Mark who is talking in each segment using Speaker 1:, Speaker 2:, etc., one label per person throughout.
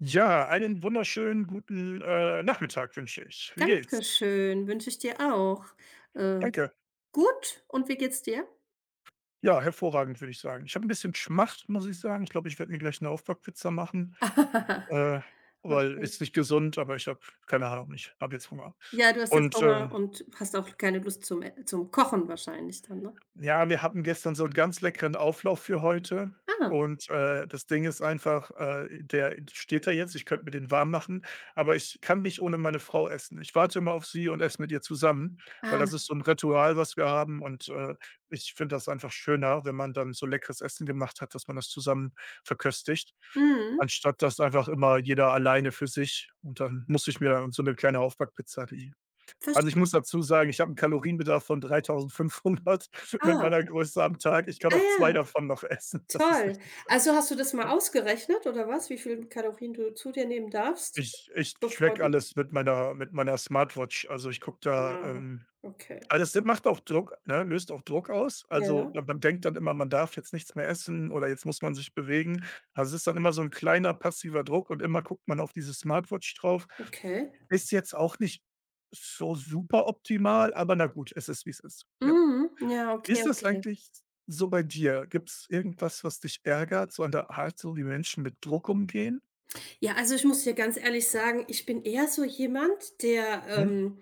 Speaker 1: Ja, einen wunderschönen guten, Nachmittag wünsche ich. Wie geht's?
Speaker 2: Dankeschön, wünsche ich dir auch. Äh,
Speaker 1: Danke.
Speaker 2: gut, und wie geht's dir?
Speaker 1: Ja, hervorragend, würde ich sagen. Ich habe ein bisschen Schmacht, muss ich sagen. Ich glaube, ich werde mir gleich eine Aufbackpizza machen, äh, weil
Speaker 2: Okay.
Speaker 1: ist nicht gesund, aber ich habe keine Ahnung, ich habe jetzt Hunger.
Speaker 2: Ja, du hast jetzt
Speaker 1: Und, äh
Speaker 2: Hunger und hast auch keine Lust zum Kochen wahrscheinlich dann, ne?
Speaker 1: Ja, wir hatten gestern so 'n ganz leckeren Auflauf für heute
Speaker 2: Ah,
Speaker 1: und, das Ding ist einfach, der steht da jetzt, ich könnte mir den warm machen, aber ich kann nicht ohne meine Frau essen. Ich warte immer auf sie und esse mit ihr zusammen, weil das
Speaker 2: ah,
Speaker 1: ist so 'n Ritual, was wir haben und, ich finde das einfach schöner, wenn man dann so leckeres Essen gemacht hat, dass man das zusammen verköstigt,
Speaker 2: mhm,
Speaker 1: anstatt dass einfach immer jeder alleine für sich und dann muss ich mir so 'ne kleine Aufbackpizza die Also, ich muss
Speaker 2: verstehe.
Speaker 1: dazu sagen, ich habe 'n Kalorienbedarf von 3.500 mit
Speaker 2: Ah,
Speaker 1: meiner Größe am Tag. Ich kann
Speaker 2: ah
Speaker 1: auch 2
Speaker 2: ja,
Speaker 1: davon noch essen. Das ist
Speaker 2: toll.
Speaker 1: richtig schlimm,
Speaker 2: Also, hast du das mal
Speaker 1: ja.
Speaker 2: ausgerechnet oder was, wie viel Kalorien du zu dir nehmen darfst,
Speaker 1: Ich
Speaker 2: bevor
Speaker 1: tracke
Speaker 2: du
Speaker 1: alles mit meiner Smartwatch. Also, ich gucke da,
Speaker 2: ja, okay.
Speaker 1: also, das macht auch Druck, ne, löst auch Druck aus. Also,
Speaker 2: Ja,
Speaker 1: man denkt dann immer, man darf jetzt nichts mehr essen oder jetzt muss man sich bewegen. Also, es ist dann immer so 'n kleiner passiver Druck und immer guckt man auf diese Smartwatch drauf.
Speaker 2: okay.
Speaker 1: Ist jetzt auch nicht so super optimal, aber na gut, es ist, wie's ist. Ja.
Speaker 2: Mhm, ja,
Speaker 1: Wie
Speaker 2: okay,
Speaker 1: ist das
Speaker 2: okay.
Speaker 1: eigentlich so bei dir? Gibt es irgendwas, was dich ärgert, so an der Art, so wie Menschen mit Druck umgehen?
Speaker 2: Ja, also ich muss dir ganz ehrlich sagen, ich bin eher so jemand, der,
Speaker 1: Mhm.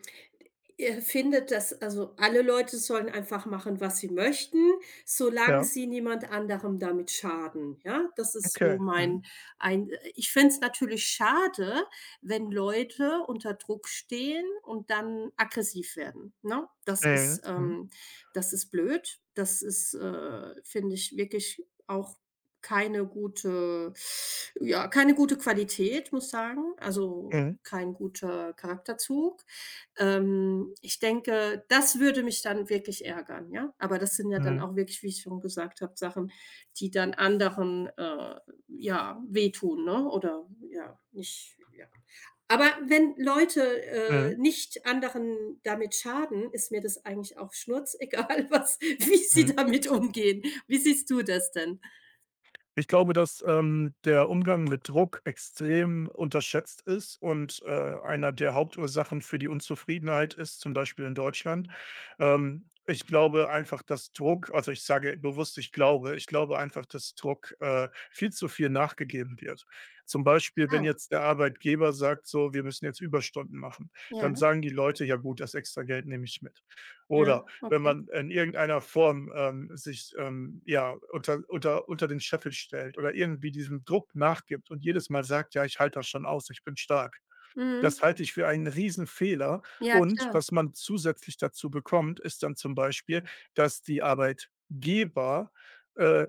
Speaker 2: ihr findet, dass also alle Leute sollen einfach machen, was sie möchten, solange
Speaker 1: Ja,
Speaker 2: sie niemand anderem damit schaden, ja? Das ist so
Speaker 1: okay. Mhm.
Speaker 2: mein ein Ich fände es natürlich schade, wenn Leute unter Druck stehen und dann aggressiv werden, ne? Das
Speaker 1: Mhm.
Speaker 2: ist,
Speaker 1: Mhm.
Speaker 2: ähm das ist blöd. Das ist, finde ich, wirklich auch keine gute ja, keine gute Qualität, muss sagen, also
Speaker 1: Mhm.
Speaker 2: kein guter Charakterzug. Ich denke, das würde mich dann wirklich ärgern, ja? Aber das sind ja dann
Speaker 1: Mhm.
Speaker 2: auch wirklich, wie ich schon gesagt habe, Sachen, die dann anderen, ja, wehtun, ne? Oder ja, nicht ja. Aber wenn Leute,
Speaker 1: Mhm.
Speaker 2: nicht anderen damit schaden, ist mir das eigentlich auch schnurzegal, was wie sie
Speaker 1: Mhm.
Speaker 2: damit umgehen. Wie siehst du das denn?
Speaker 1: Ich glaube, dass, der Umgang mit Druck extrem unterschätzt ist und, einer der Hauptursachen für die Unzufriedenheit ist, zum Beispiel in Deutschland. Ich glaube einfach, dass Druck also, ich sage bewusst: „Ich glaube", ich glaube einfach, dass Druck, viel zu viel nachgegeben wird. Zum Beispiel, wenn
Speaker 2: Ah,
Speaker 1: jetzt der Arbeitgeber sagt so: „Wir müssen jetzt Überstunden machen",
Speaker 2: ja,
Speaker 1: dann sagen die Leute: „Ja gut, das extra Geld nehme ich mit."
Speaker 2: ja,
Speaker 1: Oder wenn
Speaker 2: okay.
Speaker 1: man in irgendeiner Form, sich, ja, unter den Scheffel stellt oder irgendwie diesem Druck nachgibt und jedes Mal sagt: „Ja, ich halte das schon aus, ich bin stark." das
Speaker 2: Mhm.
Speaker 1: halte ich für einen Riesenfehler.
Speaker 2: Ja,
Speaker 1: Und
Speaker 2: klar.
Speaker 1: was man zusätzlich dazu bekommt, ist dann zum Beispiel, dass die Arbeitgeber, äh,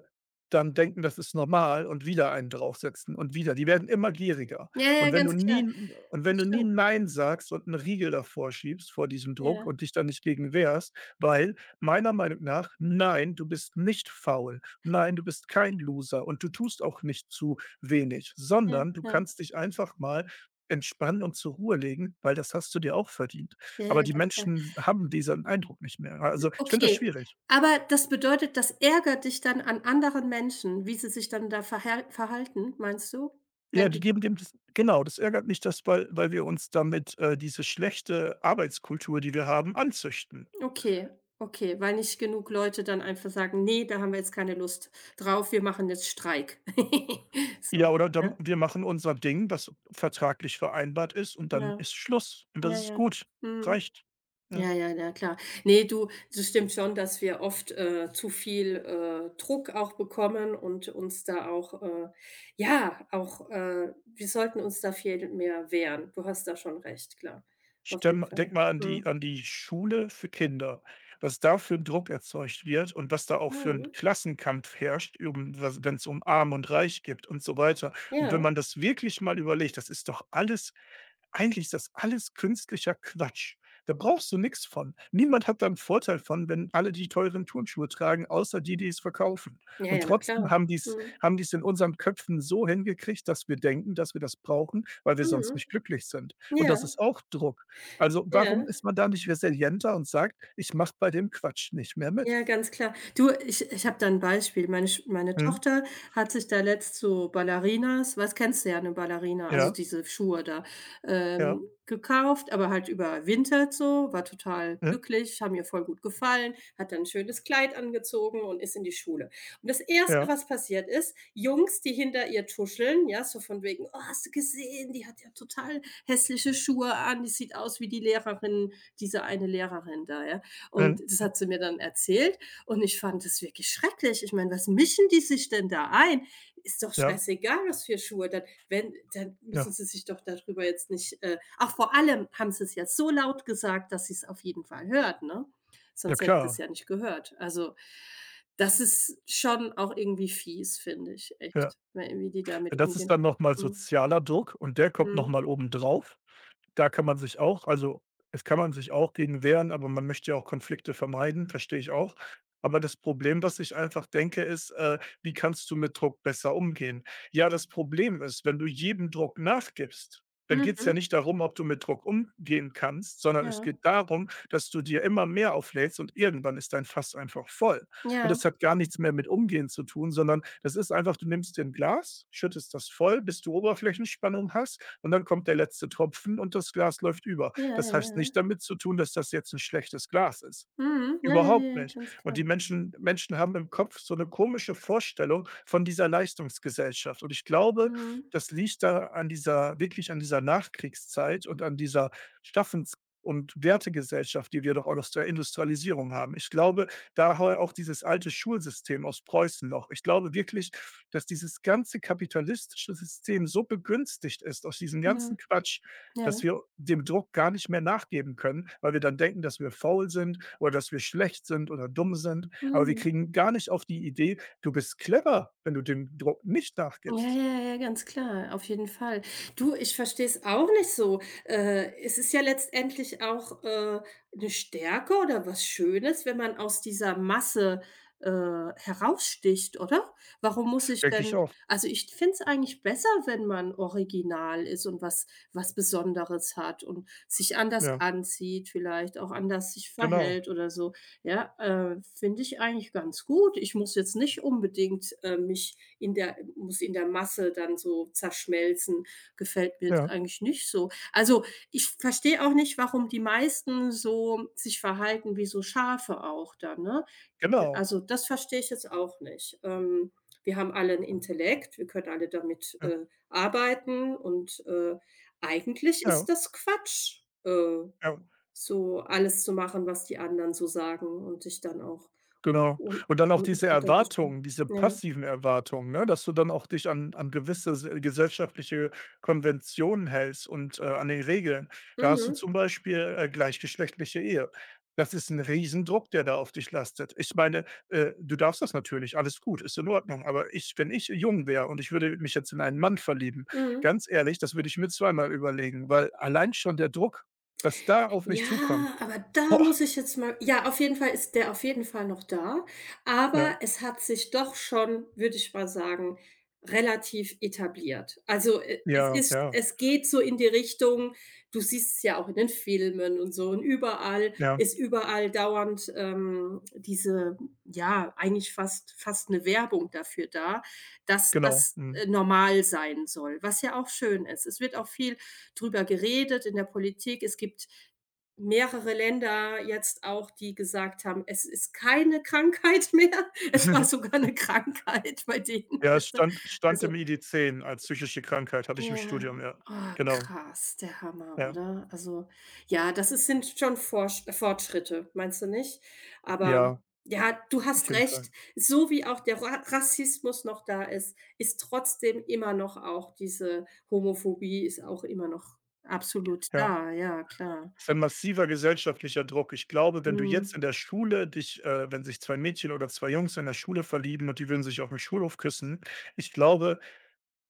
Speaker 1: dann denken, das ist normal und wieder einen draufsetzen und wieder. Die werden immer gieriger.
Speaker 2: Ja,
Speaker 1: Und
Speaker 2: ja,
Speaker 1: wenn du
Speaker 2: ganz klar.
Speaker 1: nie und wenn
Speaker 2: Das
Speaker 1: du nie
Speaker 2: stimmt.
Speaker 1: „Nein" sagst und 'n Riegel davor schiebst vor diesem Druck
Speaker 2: Ja,
Speaker 1: und dich dann nicht gegen wehrst, weil meiner Meinung nach: „Nein, du bist nicht faul. Nein, du bist kein Loser und du tust auch nicht zu wenig,
Speaker 2: ja,
Speaker 1: sondern du
Speaker 2: ja.
Speaker 1: kannst dich einfach mal entspannen und zur Ruhe legen, weil das hast du dir auch verdient.
Speaker 2: Ja, ja,
Speaker 1: Aber die
Speaker 2: ganz klar.
Speaker 1: Menschen haben diesen Eindruck nicht mehr. Also, ich finde das
Speaker 2: Okay,
Speaker 1: schwierig.
Speaker 2: aber das bedeutet, das ärgert dich dann an anderen Menschen, wie sie sich dann da verhalten, meinst du?
Speaker 1: Ja,
Speaker 2: Wenn
Speaker 1: die
Speaker 2: du
Speaker 1: geben dem das genau, das ärgert mich, dass weil wir uns damit, diese schlechte Arbeitskultur, die wir haben, anzüchten.
Speaker 2: Okay, okay, weil nicht genug Leute dann einfach sagen: „Ne, da haben wir jetzt keine Lust drauf, wir machen jetzt Streik." So,
Speaker 1: Ja, oder dann
Speaker 2: ne?
Speaker 1: wir machen unser Ding, was vertraglich vereinbart ist, und dann
Speaker 2: Ja,
Speaker 1: ist Schluss. Und
Speaker 2: ja,
Speaker 1: das ist
Speaker 2: ja.
Speaker 1: gut.
Speaker 2: Mhm.
Speaker 1: Reicht. Ja.
Speaker 2: Ja, ja, na klar. Ne, du, das stimmt schon, dass wir oft, zu viel, Druck auch bekommen und uns da auch, ja, auch, wir sollten uns da viel mehr wehren. Du hast da schon recht, klar. Auf jeden
Speaker 1: Stell
Speaker 2: Fall.
Speaker 1: denk mal an die
Speaker 2: Mhm.
Speaker 1: an die Schule für Kinder, was da für 'n Druck erzeugt wird und was da auch für 'n
Speaker 2: Mhm.
Speaker 1: Klassenkampf herrscht, wenn es um Arm und Reich gibt und so weiter. Und wenn
Speaker 2: Ja.
Speaker 1: man das wirklich mal überlegt, das ist doch alles eigentlich ist das alles künstlicher Quatsch. Da brauchst du nichts von. Niemand hat da einen Vorteil von, wenn alle die teuren Turnschuhe tragen, außer die, die es verkaufen.
Speaker 2: Ja,
Speaker 1: Und
Speaker 2: ja, na klar.
Speaker 1: trotzdem haben die's
Speaker 2: Mhm.
Speaker 1: haben die's in unseren Köpfen so hingekriegt, dass wir denken, dass wir das brauchen, weil wir sonst
Speaker 2: Mhm.
Speaker 1: nicht glücklich sind. Und
Speaker 2: Ja,
Speaker 1: das ist auch Druck. Also, warum
Speaker 2: ja.
Speaker 1: ist man da nicht resilienter und sagt: „Ich mache bei dem Quatsch nicht mehr mit?"
Speaker 2: Ja, ganz klar. Du, ich habe da 'n Beispiel. Meine
Speaker 1: Mhm.
Speaker 2: Tochter hat sich da letzt so Ballerinas was kennst du ja, 'ne Ballerina, also
Speaker 1: Ja,
Speaker 2: diese Schuhe da,
Speaker 1: ja,
Speaker 2: gekauft, aber halt überwintert so, war total
Speaker 1: mhm,
Speaker 2: glücklich, haben ihr voll gut gefallen, hat dann 'n schönes Kleid angezogen und ist in die Schule. Und das erste,
Speaker 1: ja,
Speaker 2: was passiert ist, Jungs, die hinter ihr tuscheln, ja, so von wegen: „Oh, hast du gesehen, die hat ja total hässliche Schuhe an, die sieht aus wie diese eine Lehrerin da", ja? Und das
Speaker 1: mhm,
Speaker 2: hat sie mir dann erzählt und ich fand das wirklich schrecklich. Ich meine, was mischen die sich denn da ein? Ist doch
Speaker 1: ja,
Speaker 2: scheißegal, was für Schuhe. Dann, wenn, dann
Speaker 1: ja,
Speaker 2: müssen sie sich doch darüber jetzt nicht ach, vor allem haben sie es ja so laut gesagt, dass sie es auf jeden Fall hört, ne?
Speaker 1: ja
Speaker 2: Sonst hätte sie
Speaker 1: klar.
Speaker 2: es ja nicht gehört. Also, das ist schon auch irgendwie fies, finde ich,
Speaker 1: Ja.
Speaker 2: echt, weil wie die damit
Speaker 1: Das ist
Speaker 2: umgehen.
Speaker 1: dann noch mal
Speaker 2: Mhm.
Speaker 1: sozialer Druck und der kommt noch
Speaker 2: Mhm.
Speaker 1: mal obendrauf. Da kann man sich auch also, es kann man sich auch gegen wehren, aber man möchte ja auch Konflikte vermeiden, verstehe ich auch. Aber das Problem, was ich einfach denke, ist, wie kannst du mit Druck besser umgehen? Ja, das Problem ist, wenn du jedem Druck nachgibst, dann geht's ja
Speaker 2: Mhm.
Speaker 1: nicht darum, ob du mit Druck umgehen kannst, sondern es
Speaker 2: Ja.
Speaker 1: geht darum, dass du dir immer mehr auflädst und irgendwann ist dein Fass einfach voll. Und das
Speaker 2: Ja.
Speaker 1: hat gar nichts mehr mit Umgehen zu tun, sondern das ist einfach, du nimmst dir 'n Glas, schüttest das voll, bis du Oberflächenspannung hast und dann kommt der letzte Tropfen und das Glas läuft über.
Speaker 2: Ja,
Speaker 1: Das
Speaker 2: ja,
Speaker 1: heißt
Speaker 2: ja.
Speaker 1: nicht damit zu tun, dass das jetzt ein schlechtes Glas ist.
Speaker 2: Mhm. Ja, ja, ja,
Speaker 1: Überhaupt
Speaker 2: ja,
Speaker 1: nicht.
Speaker 2: ganz
Speaker 1: Und
Speaker 2: klar.
Speaker 1: die Menschen haben im Kopf so eine komische Vorstellung von dieser Leistungsgesellschaft. Und ich glaube,
Speaker 2: Mhm.
Speaker 1: das liegt da an dieser wirklich an dieser Nachkriegszeit und an dieser Staffens und Wertegesellschaft, die wir doch auch aus der Industrialisierung haben. Ich glaube, daher auch dieses alte Schulsystem aus Preußen noch. Ich glaube wirklich, dass dieses ganze kapitalistische System so begünstigt ist aus diesem ganzen
Speaker 2: Mhm.
Speaker 1: Quatsch, dass
Speaker 2: Ja,
Speaker 1: wir dem Druck gar nicht mehr nachgeben können, weil wir dann denken, dass wir faul sind oder dass wir schlecht sind oder dumm sind. Aber wir
Speaker 2: mhm.
Speaker 1: kriegen gar nicht auf die Idee, du bist clever, wenn du dem Druck nicht
Speaker 2: Ja,
Speaker 1: nachgibst.
Speaker 2: ja, ja, ganz klar, auf jeden Fall. Du, ich verstehe es auch nicht so. Es ist ja letztendlich auch, 'ne Stärke oder was Schönes, wenn man aus dieser Masse, äh, heraussticht, oder? Warum muss ich
Speaker 1: Denke ich
Speaker 2: denn,
Speaker 1: auch.
Speaker 2: also, ich finde es eigentlich besser, wenn man original ist und was Besonderes hat und sich anders
Speaker 1: Ja,
Speaker 2: anzieht, vielleicht auch anders sich
Speaker 1: genau.
Speaker 2: verhält oder so. Ja, finde ich eigentlich ganz gut. Ich muss jetzt nicht unbedingt, mich in der muss in der Masse dann so zerschmelzen. Gefällt mir jetzt
Speaker 1: Ja,
Speaker 2: eigentlich nicht so. Also, ich verstehe auch nicht, warum die meisten so sich verhalten wie so Schafe auch dann, ne?
Speaker 1: genau.
Speaker 2: Also, das verstehe ich jetzt auch nicht. Wir haben alle einen Intellekt, wir können alle damit,
Speaker 1: Ja,
Speaker 2: arbeiten und, eigentlich
Speaker 1: ja,
Speaker 2: ist das Quatsch.
Speaker 1: ja.
Speaker 2: So alles zu machen, was die anderen so sagen und sich dann auch
Speaker 1: Genau.
Speaker 2: un
Speaker 1: Und dann auch
Speaker 2: unten
Speaker 1: diese
Speaker 2: drunter zu stellen.
Speaker 1: Erwartungen, diese
Speaker 2: Ja.
Speaker 1: passiven Erwartungen, ne, dass du dann auch dich an gewisse s gesellschaftliche Konventionen hältst und, an den Regeln. Da hast du
Speaker 2: Mhm.
Speaker 1: zum Beispiel, gleichgeschlechtliche Ehe. Das ist ein Riesendruck, der da auf dich lastet. Ich meine, du darfst das natürlich, alles gut, ist in Ordnung, aber ich wenn ich jung wäre und ich würde mich jetzt in einen Mann verlieben,
Speaker 2: Mhm.
Speaker 1: ganz ehrlich, das würde ich mir zweimal überlegen, weil allein schon der Druck, was da auf mich zukommt.
Speaker 2: Ja, aber da
Speaker 1: Boah,
Speaker 2: muss ich jetzt mal, ja, auf jeden Fall ist der auf jeden Fall noch da,
Speaker 1: ja,
Speaker 2: aber es hat sich doch schon, würde ich mal sagen, relativ etabliert. Also, e es
Speaker 1: ja,
Speaker 2: ist
Speaker 1: ja,
Speaker 2: es geht so in die Richtung, du siehst es ja auch in den Filmen und so und überall
Speaker 1: ja,
Speaker 2: ist überall dauernd, diese ja, eigentlich fast eine Werbung dafür da, dass
Speaker 1: genau,
Speaker 2: das,
Speaker 1: mhm.
Speaker 2: normal sein soll, was ja auch schön ist. Es wird auch viel drüber geredet in der Politik. Es gibt mehrere Länder jetzt auch, die gesagt haben: „Es ist keine Krankheit mehr." Es war sogar 'ne Krankheit bei denen,
Speaker 1: Ja, es
Speaker 2: weißt du?
Speaker 1: stand
Speaker 2: Also
Speaker 1: im ID10 als psychische Krankheit, hatte ich im
Speaker 2: ja,
Speaker 1: Studium, ja.
Speaker 2: oh,
Speaker 1: Genau,
Speaker 2: krass, der Hammer,
Speaker 1: ja.
Speaker 2: oder? Also, ja, das ist sind schon Forsch Fortschritte, meinst du nicht? Aber
Speaker 1: Ja,
Speaker 2: ja, du
Speaker 1: auf
Speaker 2: hast
Speaker 1: jeden
Speaker 2: recht,
Speaker 1: Fall.
Speaker 2: so wie auch der Ra Rassismus noch da ist, ist trotzdem immer noch auch diese Homophobie ist auch immer noch absolut
Speaker 1: Ja.
Speaker 2: da, ja, klar.
Speaker 1: Ist ein massiver gesellschaftlicher Druck. Ich glaube, wenn du jetzt
Speaker 2: Mhm,
Speaker 1: in der Schule dich wenn sich 2 Mädchen oder 2 Jungs in der Schule verlieben und die würden sich auf dem Schulhof küssen, ich glaube,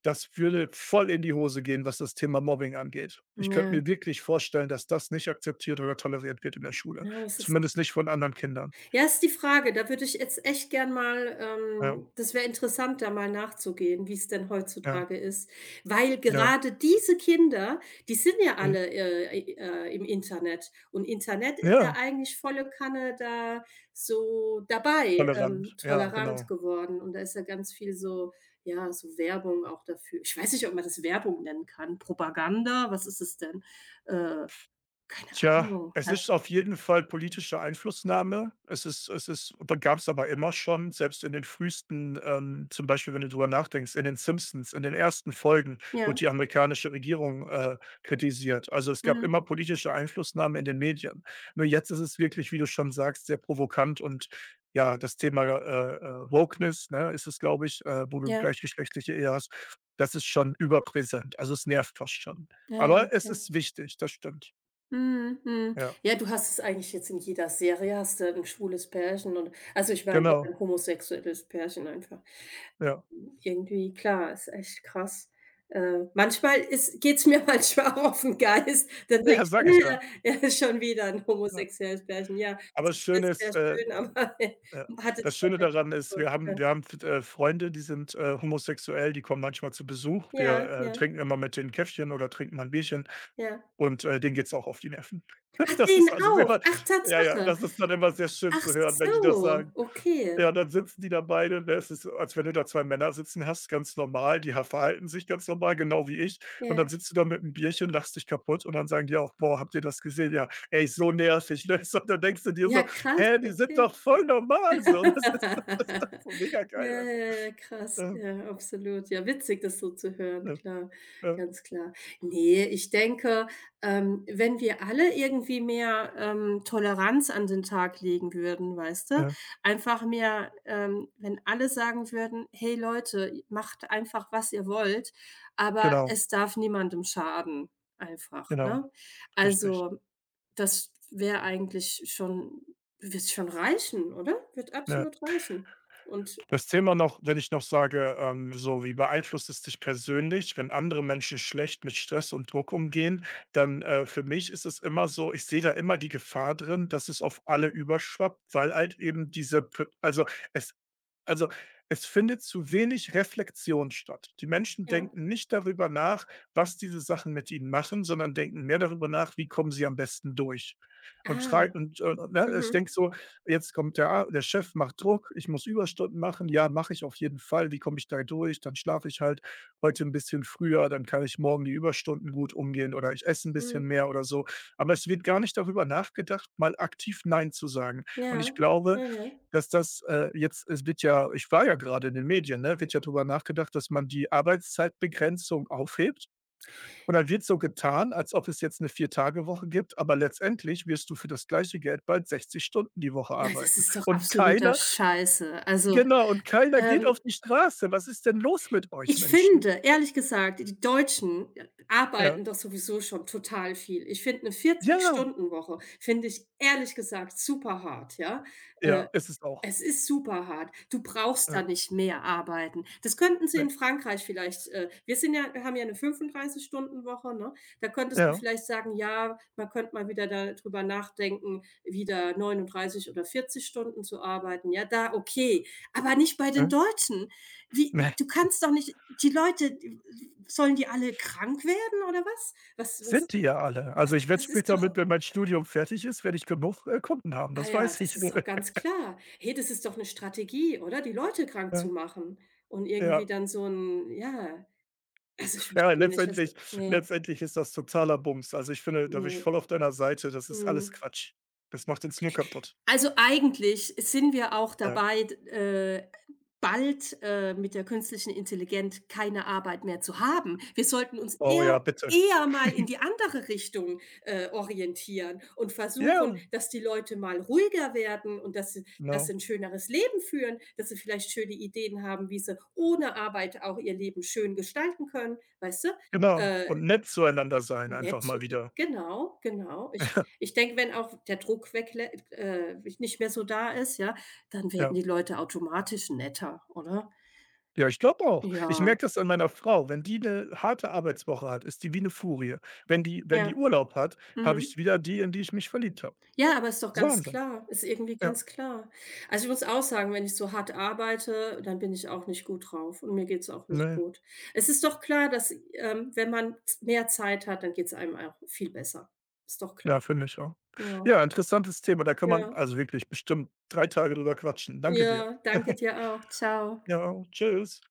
Speaker 1: das würde voll in die Hose gehen, was das Thema Mobbing angeht. Ich könnte
Speaker 2: ja.
Speaker 1: mir wirklich vorstellen, dass das nicht akzeptiert oder toleriert wird in der Schule.
Speaker 2: Ja, das ist
Speaker 1: Zumindest nicht von anderen Kindern.
Speaker 2: ja, ist die Frage. Da würde ich jetzt echt gern mal,
Speaker 1: Ja,
Speaker 2: das wäre interessant, da mal nachzugehen, wie es denn
Speaker 1: ja,
Speaker 2: heutzutage ist. Weil
Speaker 1: ja.
Speaker 2: gerade diese Kinder, die sind ja
Speaker 1: Mhm.
Speaker 2: alle, im Internet. Und Internet ist ja
Speaker 1: Ja,
Speaker 2: eigentlich volle Kanne da so dabei,
Speaker 1: tolerant. Ja,
Speaker 2: tolerant
Speaker 1: genau.
Speaker 2: geworden. Und da ist ja ganz viel so, ja, so Werbung auch dafür. Ich weiß nicht, ob man das Werbung nennen kann. Propaganda? Was ist es denn? Äh, keine
Speaker 1: Tja,
Speaker 2: Ahnung,
Speaker 1: es
Speaker 2: halt.
Speaker 1: ist auf jeden Fall politische Einflussnahme. Es ist da es aber immer schon, selbst in den frühesten, zum Beispiel, wenn du drüber nachdenkst, in den Simpsons, in den ersten Folgen wurde
Speaker 2: Ja,
Speaker 1: die amerikanische Regierung, kritisiert. Also, es gab
Speaker 2: mhm,
Speaker 1: immer politische Einflussnahme in den Medien. Nur jetzt ist es wirklich, wie du schon sagst, sehr provokant und ja, das Thema, Wokeness, ne, ist es, glaube ich, wo du
Speaker 2: ja.
Speaker 1: gleichgeschlechtliche Ehe hast, das ist schon überpräsent. Also, es nervt fast schon.
Speaker 2: Ja, ja,
Speaker 1: Aber es ist
Speaker 2: okay.
Speaker 1: wichtig, das stimmt.
Speaker 2: Mhm, mhm.
Speaker 1: Ja.
Speaker 2: Ja, du hast es eigentlich jetzt in jeder Serie hast du ein schwules Pärchen und, also, ich meine, oder
Speaker 1: Genau,
Speaker 2: 'n homosexuelles Pärchen einfach.
Speaker 1: ja.
Speaker 2: Irgendwie klar, ist echt krass. Manchmal ist geht's mir manchmal auch auf den Geist, dann denke
Speaker 1: Ja, sage ich
Speaker 2: ich:
Speaker 1: ja.
Speaker 2: „Ja, er ist schon wieder 'n
Speaker 1: Ja.
Speaker 2: homosexuelles Pärchen. Ja,
Speaker 1: Aber
Speaker 2: es
Speaker 1: das
Speaker 2: ist
Speaker 1: Schöne
Speaker 2: jetzt sehr
Speaker 1: ist
Speaker 2: schön, aber
Speaker 1: ja,
Speaker 2: hat
Speaker 1: das
Speaker 2: jetzt
Speaker 1: Schöne
Speaker 2: damit nichts
Speaker 1: daran
Speaker 2: zu
Speaker 1: ist,
Speaker 2: tun." Ja,
Speaker 1: wir haben f Freunde, die sind, homosexuell, die kommen manchmal zu Besuch.
Speaker 2: ja,
Speaker 1: Wir,
Speaker 2: ja,
Speaker 1: trinken immer mit denen 'n Käffchen oder trinken mal 'n Bierchen
Speaker 2: ja.
Speaker 1: und, denen geht's auch auf die Nerven.
Speaker 2: Ach,
Speaker 1: Das
Speaker 2: den
Speaker 1: ist also sehr
Speaker 2: auch? Ach,
Speaker 1: ja, ja,
Speaker 2: Tatsache.
Speaker 1: das ist dann immer sehr schön
Speaker 2: Ach
Speaker 1: zu hören, wenn die das
Speaker 2: so,
Speaker 1: sagen.
Speaker 2: okay.
Speaker 1: Ja, dann sitzen die da beide, ne? Es ist, so, als wenn du da 2 Männer sitzen hast, ganz normal, die ha verhalten sich ganz normal, genau wie ich. Und dann
Speaker 2: Ja.
Speaker 1: sitzt du da mit einem Bierchen, lachst dich kaputt und dann sagen die auch: „Boah, habt ihr das gesehen? Ja, ey, so nervig", ne? So, dann denkst du dir so:
Speaker 2: Ja, krass,
Speaker 1: „Hä, die sind
Speaker 2: okay.
Speaker 1: doch voll normal so. Was ist das so mega
Speaker 2: Ja,
Speaker 1: geil einfach."
Speaker 2: ja, ja, krass.
Speaker 1: Ja,
Speaker 2: Ja, absolut. Ja, witzig, das so zu hören,
Speaker 1: ja,
Speaker 2: klar,
Speaker 1: ja,
Speaker 2: ganz klar. Ne, ich denke, wenn wir alle irgendwie mehr, Toleranz an den Tag legen würden, weißt du?
Speaker 1: ja,
Speaker 2: Einfach mehr, wenn alle sagen würden: „Hey Leute, macht einfach, was ihr wollt, aber
Speaker 1: genau,
Speaker 2: es darf niemandem schaden", einfach,
Speaker 1: genau,
Speaker 2: ne?
Speaker 1: richtig,
Speaker 2: Also, das wäre eigentlich schon wird schon reichen, oder? Wird
Speaker 1: ja.
Speaker 2: absolut reichen. Und
Speaker 1: Das Thema noch wenn ich noch sage, so: „Wie beeinflusst es dich persönlich, wenn andere Menschen schlecht mit Stress und Druck umgehen?" Dann, für mich ist es immer so, ich sehe da immer die Gefahr drin, dass es auf alle überschwappt, weil halt eben diese p es also, es findet zu wenig Reflexion statt. Die Menschen
Speaker 2: ja.
Speaker 1: denken nicht darüber nach, was diese Sachen mit ihnen machen, sondern denken mehr darüber nach, wie kommen sie am besten durch. Und
Speaker 2: Ah,
Speaker 1: schrei und, äh, ne, ich
Speaker 2: mhm,
Speaker 1: denke so: „Jetzt kommt der A der Chef macht Druck, ich muss Überstunden machen. Ja, mache ich auf jeden Fall. Wie komme ich da durch? Dann schlafe ich halt heute ein bisschen früher, dann kann ich morgen die Überstunden gut umgehen oder ich esse ein bisschen
Speaker 2: mhm.
Speaker 1: mehr" oder so. Aber es wird gar nicht darüber nachgedacht, mal aktiv „Nein" zu sagen. Und ich
Speaker 2: Ja,
Speaker 1: glaube,
Speaker 2: ja, ja.
Speaker 1: dass das, jetzt es wird ja ich war ja gerade in den Medien, ne, wird ja drüber nachgedacht, dass man die Arbeitszeitbegrenzung aufhebt und dann wird so getan, als ob es jetzt eine 4-Tage-Woche gibt, aber letztendlich wirst du für das gleiche Geld bald 60 Stunden die Woche
Speaker 2: Na, das
Speaker 1: arbeiten.
Speaker 2: ist doch
Speaker 1: Und
Speaker 2: absoluter
Speaker 1: keiner
Speaker 2: Scheiße. Also,
Speaker 1: genau, und keiner geht
Speaker 2: ähm,
Speaker 1: auf die Straße. Was ist denn los mit euch
Speaker 2: ich
Speaker 1: Menschen?
Speaker 2: finde, ehrlich gesagt, die Deutschen
Speaker 1: Ja.
Speaker 2: arbeiten doch sowieso schon total viel. Ich finde Eine vierzig
Speaker 1: Ja,
Speaker 2: Stunden Woche finde ich ehrlich gesagt super hart, ja? Äh
Speaker 1: ja, ist es auch.
Speaker 2: Es ist super hart. Du brauchst da
Speaker 1: Ja,
Speaker 2: nicht mehr arbeiten. Das könnten sie
Speaker 1: ne,
Speaker 2: in Frankreich vielleicht. Wir haben ja 'ne 35- woche ne? Da könntest du
Speaker 1: ja,
Speaker 2: vielleicht sagen: „Ja, man könnte mal wieder darüber nachdenken, wieder 39 oder 40 Stunden zu arbeiten." Ja, da okay, aber nicht bei den
Speaker 1: ne,
Speaker 2: Deutschen.
Speaker 1: ne,
Speaker 2: Wie, du kannst doch nicht die Leute, sollen die alle krank werden oder was? Was,
Speaker 1: sind die ja alle. Also, ich werde
Speaker 2: das ist
Speaker 1: später mit
Speaker 2: doch,
Speaker 1: wenn mein Studium fertig ist, werde ich genug, Kunden haben,
Speaker 2: Ah
Speaker 1: das
Speaker 2: ja,
Speaker 1: weiß
Speaker 2: das
Speaker 1: ich.
Speaker 2: ist doch ganz klar. Hey, das ist doch eine Strategie, oder? Die Leute krank
Speaker 1: Ja.
Speaker 2: zu machen und irgendwie
Speaker 1: Ja,
Speaker 2: dann so 'n, ja, also, ich
Speaker 1: ja,
Speaker 2: verstehe nicht, was,
Speaker 1: letztendlich
Speaker 2: ne,
Speaker 1: letztendlich ist das totaler Bums. Also, ich finde, da bin ich
Speaker 2: ne,
Speaker 1: voll auf deiner Seite. Das ist alles
Speaker 2: mhm.
Speaker 1: Quatsch. Das macht uns nur kaputt.
Speaker 2: Also, eigentlich sind wir auch
Speaker 1: Ja.
Speaker 2: dabei, äh, bald, mit der künstlichen Intelligenz keine Arbeit mehr zu haben. Wir sollten uns
Speaker 1: Oh ja,
Speaker 2: eher
Speaker 1: bitte.
Speaker 2: eher mal in die andere Richtung, orientieren und versuchen,
Speaker 1: Ja,
Speaker 2: dass die Leute mal ruhiger werden und dass sie dass
Speaker 1: genau,
Speaker 2: sie 'n schöneres Leben führen, dass sie vielleicht schöne Ideen haben, wie sie ohne Arbeit auch ihr Leben schön gestalten können, weißt du?
Speaker 1: genau.
Speaker 2: Äh,
Speaker 1: Und nett zueinander sein einfach
Speaker 2: Nett,
Speaker 1: mal
Speaker 2: so i
Speaker 1: wieder.
Speaker 2: genau, genau. Ich denke, wenn auch der Druck weglä nicht mehr so da ist, ja, dann
Speaker 1: Ja.
Speaker 2: werden die Leute automatisch netter, oder?
Speaker 1: Ja, ich glaube auch. Ich
Speaker 2: Ja,
Speaker 1: merke das an meiner Frau. Wenn die eine harte Arbeitswoche hat, ist die wie eine Furie. Wenn
Speaker 2: ja,
Speaker 1: die Urlaub hat, habe
Speaker 2: mhm.
Speaker 1: ich wieder die, in die ich mich verliebt habe.
Speaker 2: Ja, aber ist doch ganz
Speaker 1: Wahnsinn.
Speaker 2: klar, ist irgendwie
Speaker 1: Ja,
Speaker 2: ganz klar. Also, ich muss auch sagen, wenn ich so hart arbeite, dann bin ich auch nicht gut drauf und mir geht's auch nicht
Speaker 1: ne.
Speaker 2: gut. Es ist doch klar, dass, wenn man z mehr Zeit hat, dann geht's einem auch viel besser. Ist doch klar.
Speaker 1: Ja, finde ich auch.
Speaker 2: Ja,
Speaker 1: Ja, interessantes Thema. Da kann man
Speaker 2: ja,
Speaker 1: also wirklich bestimmt 3 Tage drüber quatschen. Danke dir.
Speaker 2: ja, danke dir auch. Tschau.
Speaker 1: Ja, tschüss.